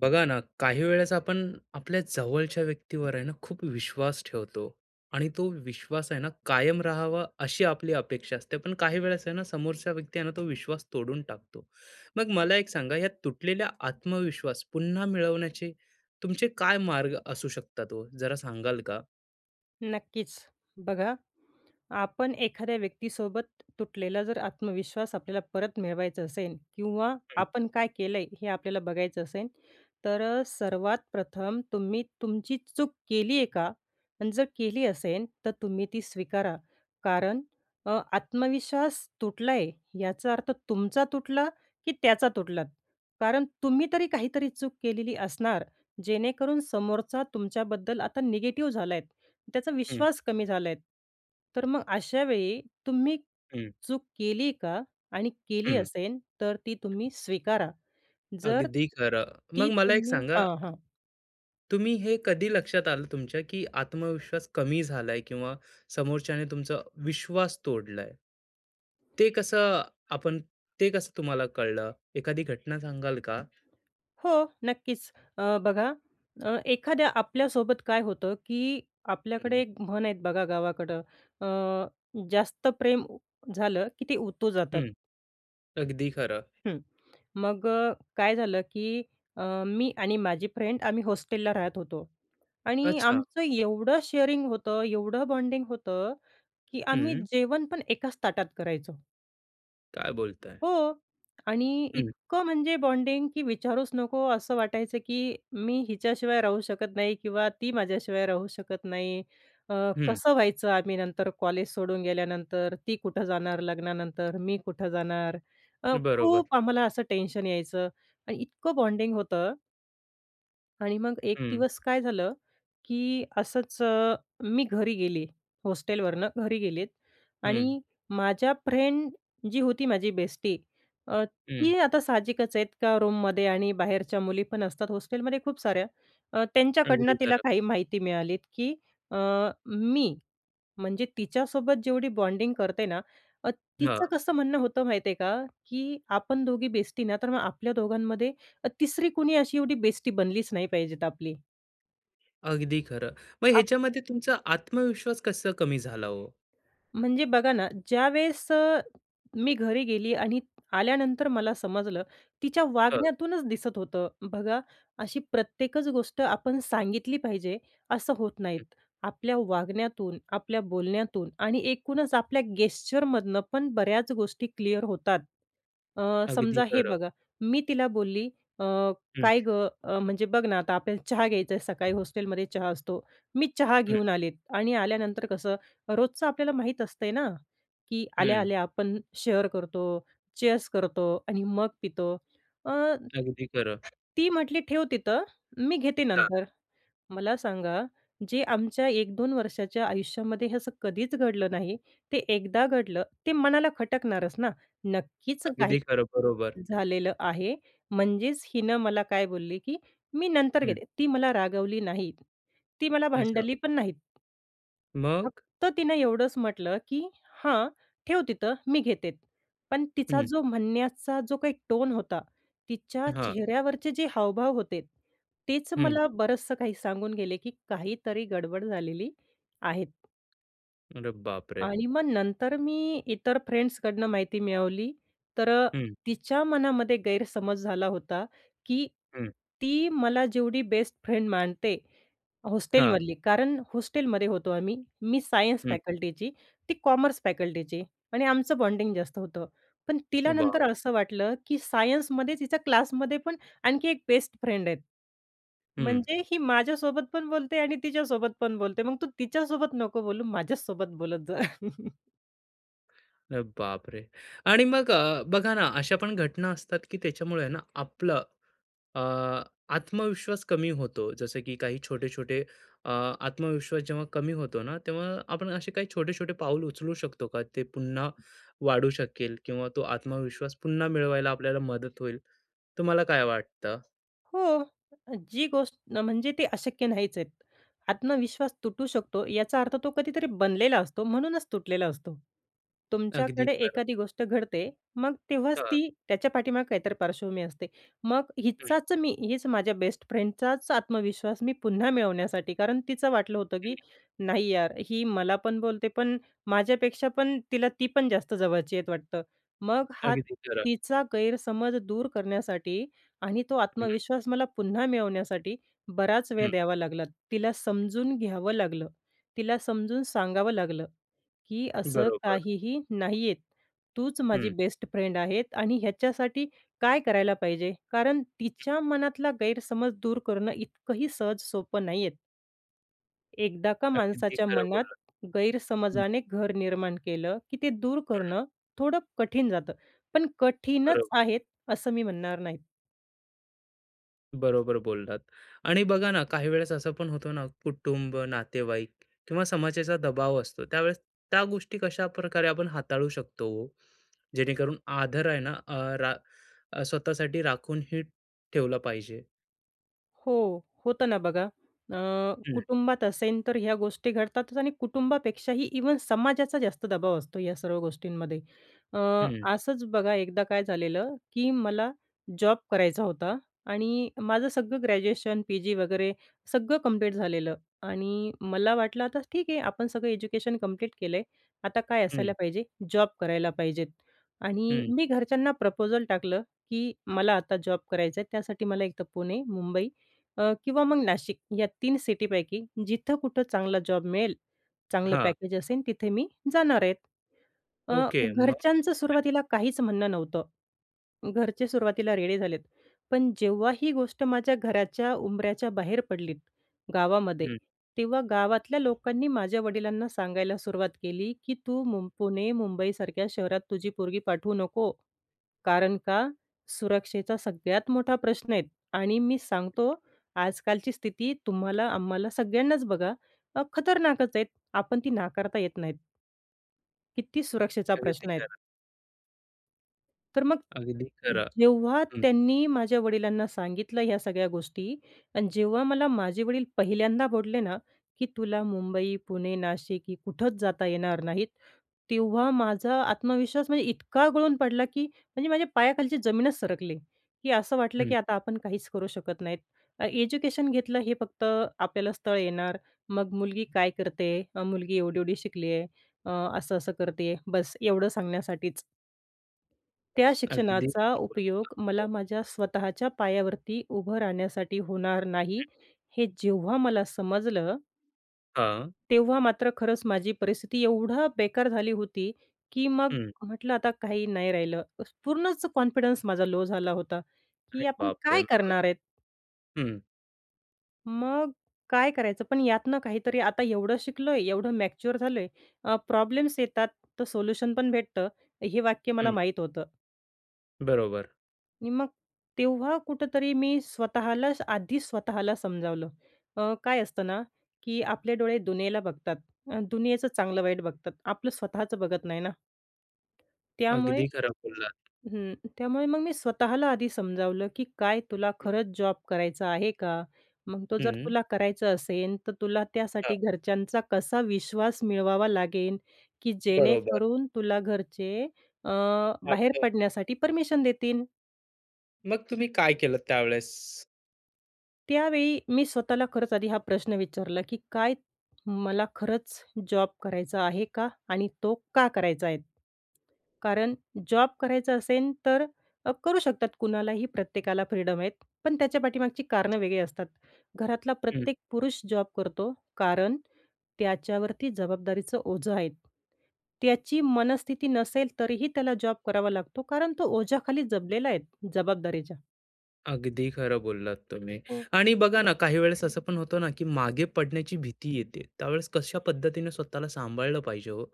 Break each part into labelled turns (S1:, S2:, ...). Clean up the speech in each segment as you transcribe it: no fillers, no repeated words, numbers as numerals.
S1: बघा ना, काही वेळेस आपण आपल्या जवळच्या व्यक्तीवर आहे ना, खूप विश्वास ठेवतो आणि तो विश्वास आहे ना, कायम राहावा अशी आपली अपेक्षा असते. पण काही वेळेस आहे ना, समोरचा व्यक्ती आहे ना, तो विश्वास तोडून टाकतो. मग मला एक सांगा, या तुटलेला आत्मविश्वास पुन्हा मिळवण्याचे तुमचे काय मार्ग असू शकतात हो? जरा सांगाल का?
S2: नक्कीच. बघा, आपण एखाद्या व्यक्तीसोबत तुटलेला जर आत्मविश्वास आपल्याला परत मिळवायचा असेल किंवा
S1: हं,
S2: आपण काय केलंय हे आपल्याला बघायचं असेल, तर सर्वात प्रथम तुम्ही तुमची चूक केली आहे का? आणि जर केली असेल, तर तुम्ही ती स्वीकारा. कारण आत्मविश्वास तुटलाय याचा अर्थ तुमचा तुटला की त्याचा तुटला. कारण तुम्ही तरी काहीतरी चूक केलेली असणार, जेणेकरून समोरचा तुमच्याबद्दल आता निगेटिव्ह झालाय. त्याचा विश्वास कमी झालाय. तर मग अशा वेळी तुम्ही
S1: हं,
S2: चूक केली का? आणि केली
S1: हं.
S2: असेन, तर ती तुम्ही स्वीकारा. जर
S1: अगदी खरं.
S2: ती
S1: मग मला एक
S2: तुम्ही
S1: सांगा
S2: हां, हां.
S1: तुम्ही हे कधी लक्षात आलं तुमच्या, की आत्मविश्वास कमी झालाय किंवा समोरच्याने तुमचा विश्वास तोडलाय? ते कसं आपण ते कसं तुम्हाला कळलं? एखादी घटना सांगाल का?
S2: हो, नक्कीच. बघा एखाद्या आपल्यासोबत काय होतं, की आपल्याकडे
S1: हं,
S2: एक म्हण आहेत बघा गावाकडं, अ, जास्त प्रेम झालं की ते उतू जातात.
S1: हं. अगदी खरं.
S2: हं. मग काय झालं, की मी आणि माझी फ्रेंड आम्ही हॉस्टेलला राहत होतो आणि
S1: अच्छा.
S2: आमचं एवढं शेअरिंग होतं, एवढं बॉन्डिंग होतं, की आम्ही
S1: हं.
S2: जेवण पण एकाच ताटात करायचो.
S1: काय बोलताय?
S2: हो. आणि
S1: हं,
S2: इतकं म्हणजे बॉन्डिंग की विचारूच नको असं वाटायचं की मी हिच्याशिवाय राहू शकत नाही किंवा ती माझ्याशिवाय राहू शकत नाही. अ,
S1: हं.
S2: कसं व्हायचं आम्ही नंतर कॉलेज सोडून गेल्यानंतर? ती कुठं जाणार लग्नानंतर? मी कुठं जाणार?
S1: बरोबर.
S2: खूप आम्हाला असं टेन्शन यायचं आणि इतकं बॉन्डिंग होतं आणि मग एक
S1: हं,
S2: दिवस काय झालं की असंच मी घरी गेले. हॉस्टेलवरनं घरी गेलेत
S1: हं,
S2: आणि माझ्या फ्रेंड जी होती माझी बेस्टी अ,
S1: हं.
S2: ती आता साहजिकच आहेत का रूममध्ये आणि बाहेरच्या मुली पण असतात हॉस्टेलमध्ये खूप साऱ्या. त्यांच्याकडनं
S1: अगदी
S2: तिला
S1: खरं.
S2: काही माहिती मिळालीत की अ, मी म्हणजे तिच्यासोबत जेवढी बॉन्डिंग करते ना, अ,
S1: हां,
S2: तिचं कसं म्हणणं होतं माहिती आहे का, की आपण दोघी बेस्टी ना, तर मग आपल्या दोघांमध्ये तिसरी कुणी अशी एवढी बेस्टी बनलीच नाही पाहिजेत आपली.
S1: अगदी खरं. मग ह्याच्यामध्ये तुमचा आत्मविश्वास कसा कमी झाला हो?
S2: म्हणजे बघा ना, ज्यावेळेस मी घरी गेली आणि आल्यानंतर मला समजलं, तिच्या
S1: हं,
S2: वागण्यातूनच दिसत होतं. बघा, अशी प्रत्येकच गोष्ट आपण सांगितली पाहिजे, असं होत
S1: हं.
S2: नाहीत. आपल्या वागण्यातून, आपल्या बोलण्यातून आणि एकूणच आपल्या गेस्चरमधनं पण बऱ्याच गोष्टी क्लिअर होतात.
S1: अगदी
S2: समजा हे
S1: खरं.
S2: बघा, मी तिला बोलली, "अ,
S1: हं,
S2: काय गं, म्हणजे बघ ना, आता आपल्याला चहा घ्यायचा आहे, सकाळी हॉस्टेलमध्ये चहा असतो." मी चहा
S1: हं,
S2: घेऊन आले आणि आल्यानंतर कसं रोजचं आपल्याला माहीत असतंय ना, की
S1: हं.
S2: आल्या-आल्या आपण शेअर करतो, चेअर्स करतो आणि मग पितो. अ,
S1: अगदी खरं.
S2: ती म्हटली, "ठेव तिथं, मी घेते
S1: हां,
S2: नंतर." मला सांगा, जे आमच्या एक 2 वर्षाच्या आयुष्यामध्ये हे असं कधीच घडलं नाही, ते एकदा घडलं, ते मनाला खटकणारच ना. नक्कीच काही
S1: अगदी खरं. बरोबर.
S2: झालेलं आहे. म्हणजेच हिनं मला काय बोलली, की "मी नंतर
S1: हं.
S2: घेते." ती मला रागवली नाही. ती मला
S1: अच्छा.
S2: भांडली पण नाहीत.
S1: मग?
S2: फक्त तिनं एवढंच म्हटलं, की "हां, ठेव तिथं, मी घेते." पण तिचा
S1: हं.
S2: जो म्हणण्याचा जो काही टोन होता, तिच्या
S1: हां.
S2: चेहऱ्यावरचे जे हावभाव होते, तेच
S1: हं.
S2: मला बरचसं काही सांगून गेले, की काहीतरी गडबड झालेली आहे.
S1: अरे बापरे!
S2: आणि मग नंतर मी इतर फ्रेंड्सकडनं माहिती मिळवली, तर
S1: हं,
S2: तिच्या मनामध्ये गैरसमज झाला होता, की
S1: हं.
S2: ती मला जेवढी बेस्ट फ्रेंड मानते
S1: हां.
S2: हॉस्टेलमधली, कारण हॉस्टेलमध्ये होतो आम्ही. मी सायन्स
S1: हं.
S2: फॅकल्टीची, ती कॉमर्स फॅकल्टीची आणि आमचं बॉन्डिंग जास्त होतं. पण तिला नंतर
S1: वॉव!
S2: असं वाटलं, की सायन्समध्येच हिच्या क्लासमध्ये पण आणखी एक बेस्ट फ्रेंड आहे.
S1: हं.
S2: म्हणजे ही माझ्यासोबत पण बोलते आणि तिच्यासोबत पण बोलते. मग तू तिच्यासोबत नको बोलू, माझ्याच बोलत जा.
S1: अरे बापरे! आणि मग बघा ना, अशा पण घटना असतात, की त्याच्यामुळे ना आपलं अ, आत्मविश्वास कमी होतो. जसं की काही छोटे-छोटे आत्मविश्वास जेव्हा कमी होतो ना, तेव्हा आपण असे काही छोटे-छोटे पाऊल उचलू शकतो का? ते पुन्हा वाढू शकेल किंवा तो आत्मविश्वास पुन्हा मिळवायला आपल्याला मदत होईल. तुम्हाला काय वाटतं?
S2: हो. जी गोष्ट म्हणजे ते अशक्य नाहीच आहेत. आत्मविश्वास तुटू शकतो याचा अर्थ तो कधीतरी बनलेला असतो, म्हणूनच तुटलेला असतो.
S1: अगदी
S2: तुमच्याकडे
S1: खरं.
S2: एखादी गोष्ट घडते, मग तेव्हाच
S1: हां.
S2: ती त्याच्या पाठीमागे काहीतरी पार्श्वभूमी असते. मग
S1: हं,
S2: हिचाच मी हीच माझ्या बेस्ट फ्रेंडचाच आत्मविश्वास मी पुन्हा मिळवण्यासाठी कारण तिचं वाटलं होतं,
S1: हं.
S2: की नाही यार, ही मला पण बोलते, पण माझ्यापेक्षा पण तिला ती पण जास्त जवळची आहेत वाटतं. मग हा
S1: अगदी खरं.
S2: तिचा गैरसमज दूर करण्यासाठी आणि तो
S1: हं,
S2: आत्मविश्वास मला पुन्हा मिळवण्यासाठी बराच वेळ
S1: हं.
S2: द्यावा लागला. तिला समजून घ्यावं लागलं. तिला समजून सांगावं लागलं, की असं
S1: बरोबर.
S2: काहीही नाहीये. तूच माझी
S1: हं.
S2: बेस्ट फ्रेंड आहे आणि ह्याच्यासाठी काय करायला पाहिजे? कारण तिच्या मनातला गैरसमज दूर करणं इतकंही सहज सोपं नाहीये. एकदा का
S1: अगदी
S2: माणसाच्या
S1: खरं
S2: मनात
S1: बोललात. हं,
S2: गैरसमजाने घर निर्माण केलं, की ते दूर
S1: हं.
S2: करणं थोडं कठीण जातं. पण कठीणच
S1: बरोबर.
S2: आहेत असं मी म्हणणार नाही.
S1: बरोबर बोललात. आणि बघा ना, काही वेळेस असं पण होतं ना, कुटुंब, नातेवाईक किंवा समाजाचा दबाव असतो. त्यावेळेस त्या गोष्टी कशाप्रकारे आपण हाताळू शकतो हो? जेणेकरून आदर आहे ना, रा स्वतःसाठी राखूनही ठेवला पाहिजे.
S2: हो, होतं ना बघा. अ,
S1: हं,
S2: कुटुंबात असेन तर ह्या गोष्टी घडतातच आणि कुटुंबापेक्षाही इवन समाजाचा जास्त दबाव असतो या सर्व गोष्टींमध्ये. अ,
S1: हं,
S2: असंच बघा एकदा काय झालेलं, की मला जॉब करायचा होता आणि माझं सगळं ग्रॅज्युएशन, पी-जी वगैरे सगळं कंप्लीट झालेलं आणि मला वाटलं आता ठीक आहे आपण सगळं एज्युकेशन कंप्लीट केलंय. आता काय
S1: हं,
S2: असायला पाहिजे? जॉब करायला पाहिजेत आणि
S1: हं.
S2: मी घरच्यांना प्रपोजल टाकलं, की मला आता जॉब करायचा आहे. त्यासाठी मला एक तर पुणे, मुंबई किंवा मग नाशिक या तीन सिटीपैकी जिथं कुठं चांगला जॉब मिळेल, चांगलं
S1: हां,
S2: पॅकेज असेल तिथे मी जाणार आहेत. अ,
S1: ओके. मग
S2: घरच्यांचं सुरुवातीला काहीच म्हणणं नव्हतं. घरचे सुरुवातीला रेडे झालेत. पण जेव्हा ही गोष्ट माझ्या घराच्या उंबऱ्याच्या बाहेर पडलीत, गावामध्ये,
S1: हं,
S2: तेव्हा गावातल्या लोकांनी माझ्या वडिलांना सांगायला सुरुवात केली, की "तू पुणे, मुंबईसारख्या शहरात तुझी पोरगी पाठवू नको." कारण का सुरक्षेचा सगळ्यात मोठा प्रश्न आहे आणि मी सांगतो आजकालची स्थिती तुम्हाला, आम्हाला सगळ्यांनाच बघा खतरनाकच आहेत. आपण ती नाकारता येत नाहीत. किती सुरक्षेचा
S1: अगदी
S2: प्रश्न आहे.
S1: खरं,
S2: तर मग
S1: अगदी खरं.
S2: जेव्हा
S1: हं,
S2: त्यांनी माझ्या वडिलांना सांगितलं ह्या सगळ्या गोष्टी आणि जेव्हा मला माझे वडील पहिल्यांदा बोलले ना, की "तुला मुंबई, पुणे, नाशिक ही कुठंच जाता येणार नाहीत." तेव्हा माझा आत्मविश्वास म्हणजे इतका गळून पडला, की म्हणजे माझ्या पायाखालची जमीनच सरकली, की असं वाटलं
S1: हं.
S2: की आता आपण काहीच करू शकत नाहीत. एज्युकेशन घेतलं हे फक्त आपल्याला स्थळ येणार, मग मुलगी काय करते? मुलगी एवढी-एवढी शिकली आहे, असं-असं करते बस एवढं सांगण्यासाठीच. त्या
S1: अगदी
S2: शिक्षणाचा
S1: खरं
S2: उपयोग मला
S1: बोलतो.
S2: माझ्या स्वतःच्या पायावरती उभं राहण्यासाठी होणार नाही, हे जेव्हा मला समजलं,
S1: हां,
S2: तेव्हा मात्र खरंच माझी परिस्थिती एवढं बेकार झाली होती, की मग
S1: हं.
S2: म्हटलं आता काही नाही राहिलं. पूर्णच कॉन्फिडन्स माझा लो झाला होता,
S1: अरे
S2: की आपण
S1: बापरे!
S2: काय
S1: मग?
S2: करणार आहेत?
S1: हं,
S2: मग काय करायचं? पण यातनं काहीतरी आता एवढं शिकलोय, एवढं मॅच्युअर झालोय, प्रॉब्लेम्स येतात तर सोल्युशन पण भेटतं, हे वाक्य मला
S1: हं.
S2: माहीत होतं.
S1: बरोबर.
S2: आणि मग तेव्हा कुठेतरी मी स्वतःला समजावलं. काय असतं ना, की आपले डोळे दुनियेला बघतात. दुनियेचं चांगलं-वाईट बघतात. आपलं स्वतःचं बघत नाही ना. त्यामुळे
S1: अगदी खरं बोललात.
S2: हं. त्यामुळे मग मी स्वतःला आधी समजावलं, की काय तुला खरंच जॉब करायचा आहे का? मग तो जर
S1: हं.
S2: तुला करायचा असेल, तर तुला त्यासाठी घरच्यांचा कसा विश्वास मिळवावा लागेल, की
S1: बरोबर.
S2: जेणेकरून तुला घरचे अ, बाहेर
S1: वाटतं.
S2: पडण्यासाठी परमिशन देतील.
S1: मग तुम्ही काय केलंत त्यावेळेस?
S2: त्यावेळी मी स्वतःला खरंच आधी हा प्रश्न विचारला, की "काय मला खरंच जॉब करायचा आहे का? आणि तो का करायचा आहे?" कारण जॉब करायचा असेल तर करू शकतात कुणालाही, प्रत्येकाला फ्रीडम आहेत. पण त्याच्या पाठीमागची कारणं वेगळी असतात. घरातला
S1: हं.
S2: प्रत्येक पुरुष जॉब करतो, कारण त्याच्यावरती जबाबदारीचं ओझं आहे. त्याची मनस्थिती नसेल तरीही त्याला जॉब करावा लागतो, कारण तो ओझ्याखाली जपलेला आहे जबाबदारीच्या.
S1: अगदी खरं बोललात तुम्ही. आणि बघा ना, काही वेळेस असं पण होतं ना, की मागे पडण्याची भीती येते. त्यावेळेस कशा पद्धतीने स्वतःला सांभाळलं पाहिजे हो?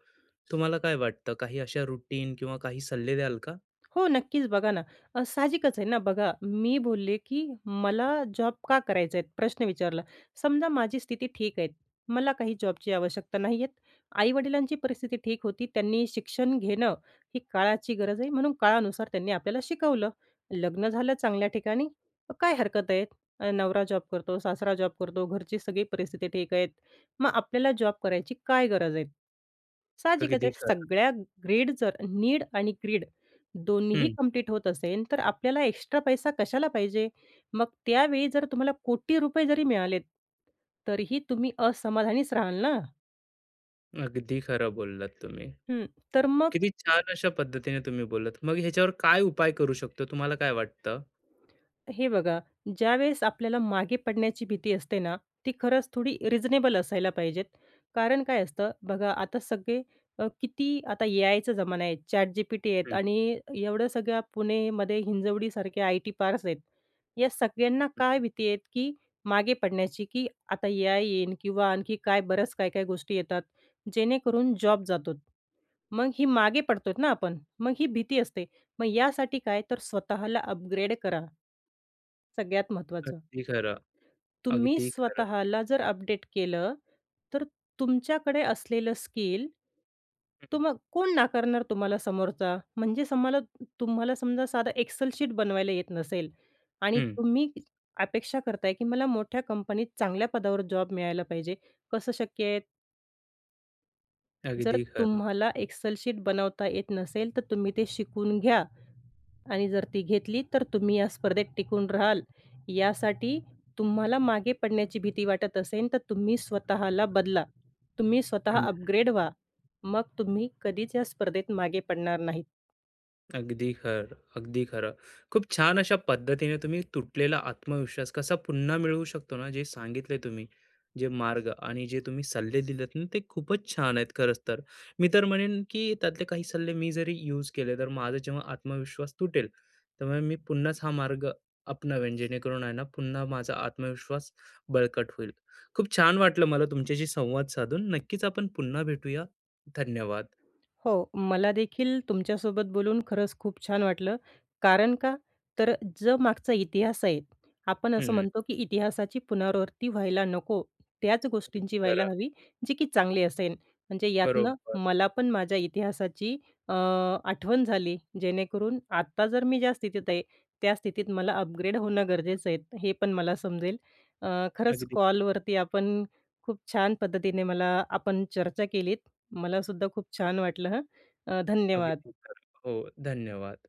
S1: तुम्हाला काय वाटतं? काही अशा रुटीन किंवा काही सल्ले द्याल का?
S2: हो, नक्कीच बघा ना, साहजिकच आहे ना. बघा, मी बोलले की मला जॉब का करायचा आहे? प्रश्न विचारला. समजा माझी स्थिती ठीक आहे. मला काही जॉबची आवश्यकता नाही आहे. आई-वडिलांची परिस्थिती ठीक होती. त्यांनी शिक्षण घेणं ही काळाची गरज आहे, म्हणून काळानुसार त्यांनी आपल्याला शिकवलं. लग्न झालं चांगल्या ठिकाणी, मग काय हरकत आहे? नवरा जॉब करतो, सासरा जॉब करतो, घरची सगळी परिस्थिती ठीक आहेत. मग आपल्याला जॉब करायची काय गरज आहे? साहजिकच
S1: अगदी
S2: आहे.
S1: खरं.
S2: सगळ्या ग्रीड जर नीड आणि ग्रीड दोन्हीही
S1: हं.
S2: कंप्लीट होत असेल, तर आपल्याला एक्स्ट्रा पैसा कशाला पाहिजे? मग त्यावेळी जर तुम्हाला कोटी रुपये जरी मिळालेत, तरीही तुम्ही असमाधानीच राहाल ना.
S1: अगदी खरं बोललात तुम्ही.
S2: हं, तर मग
S1: किती छान अशा पद्धतीने तुम्ही बोललात. मग ह्याच्यावर काय उपाय करू शकतो? तुम्हाला काय वाटतं?
S2: हे बघा, ज्यावेळेस आपल्याला मागे पडण्याची भीती असते ना, ती खरंच थोडी रिजनेबल असायला पाहिजेत. कारण काय असतं बघा, आता सगळे किती आता एआयचा जमाना आहे, ChatGPT आहेत
S1: हं,
S2: आणि एवढं सगळ्या पुणेमध्ये हिंजवडीसारखे आयटी पार्क्स आहेत. या सगळ्यांना
S1: हं.
S2: काय भीती आहेत, की मागे पडण्याची, की आता एआय येईन किंवा आणखी काय बरंच काय-काय गोष्टी येतात, जेणेकरून जॉब जातो. मग ही मागे पडतो ना आपण, मग ही भीती असते. मग यासाठी काय तर स्वतःला अपग्रेड करा. सगळ्यात महत्त्वाचं.
S1: अगदी खरं.
S2: तुम्ही
S1: अगदी खरं.
S2: स्वतःला जर अपडेट केलं, तर तुमच्याकडे असलेलं स्किल
S1: हं,
S2: तुम्हा कोण नाकारणार तुम्हाला समोरचा? म्हणजे तुम्हाला समजा साधं एक्सेल शीट बनवायला येत नसेल आणि
S1: हं.
S2: तुम्ही अपेक्षा करताय, की मला मोठ्या कंपनीत चांगल्या पदावर जॉब मिळायला पाहिजे. कसं शक्य आहे? जर
S1: अगदी खरं.
S2: तुम्हाला एक्सेल शीट बनवता येत नसेल, तर तुम्ही ते शिकून घ्या. आणि जर ती घेतली तर तुम्ही या स्पर्धेत टिकून राहाल. यासाठी तुम्हाला मागे पडण्याची भीती वाटत असेल, तर तुम्ही स्वतःला बदला. तुम्ही स्वतः अपग्रेड व्हा. मग तुम्ही कधीच या स्पर्धेत मागे पडणार नाही.
S1: अगदी खरं, अगदी खरं. खूप छान अशा पद्धतीने तुम्ही तुटलेला आत्मविश्वास कसा पुन्हा मिळवू शकतो ना, जे सांगितले तुम्ही, जे मार्ग आणि जे तुम्ही सल्ले दिलेत ना, ते खूपच छान आहेत खरंच तर. मी तर म्हणेन, की त्यातले काही सल्ले मी जरी यूज केले, तर माझा जेव्हा आत्मविश्वास तुटेल, त्यामुळे मी पुन्हाच हा मार्ग अपनावेन, जेणेकरून आहे ना, पुन्हा माझा आत्मविश्वास बळकट होईल. खूप छान वाटलं मला तुमच्याशी संवाद साधून. नक्कीच आपण पुन्हा भेटूया. धन्यवाद.
S2: हो, मला देखील तुमच्यासोबत बोलून खरंच खूप छान वाटलं. कारण का? तर जो मागचा इतिहास आहे, आपण असं
S1: हं,
S2: म्हणतो की इतिहासाची पुनरावृत्ती व्हायला नको. त्याच गोष्टींची व्हायला
S1: खरं.
S2: हवी, जी की चांगली असेल. म्हणजे यातनं
S1: बरोबर.
S2: मला पण माझ्या इतिहासाची आठवण झाली. जेणेकरून आत्ता जर मी ज्या स्थितीत आहे, त्या स्थितीत मला अपग्रेड होणं गरजेचं आहे. हे पण मला समजेल. अ, खरंच
S1: अगदी
S2: कॉलवरती आपण खूप छान पद्धतीने मला आपण चर्चा केलीत मला सुद्धा खूप छान वाटलं हं. धन्यवाद.
S1: अगदी खरं. हो, धन्यवाद.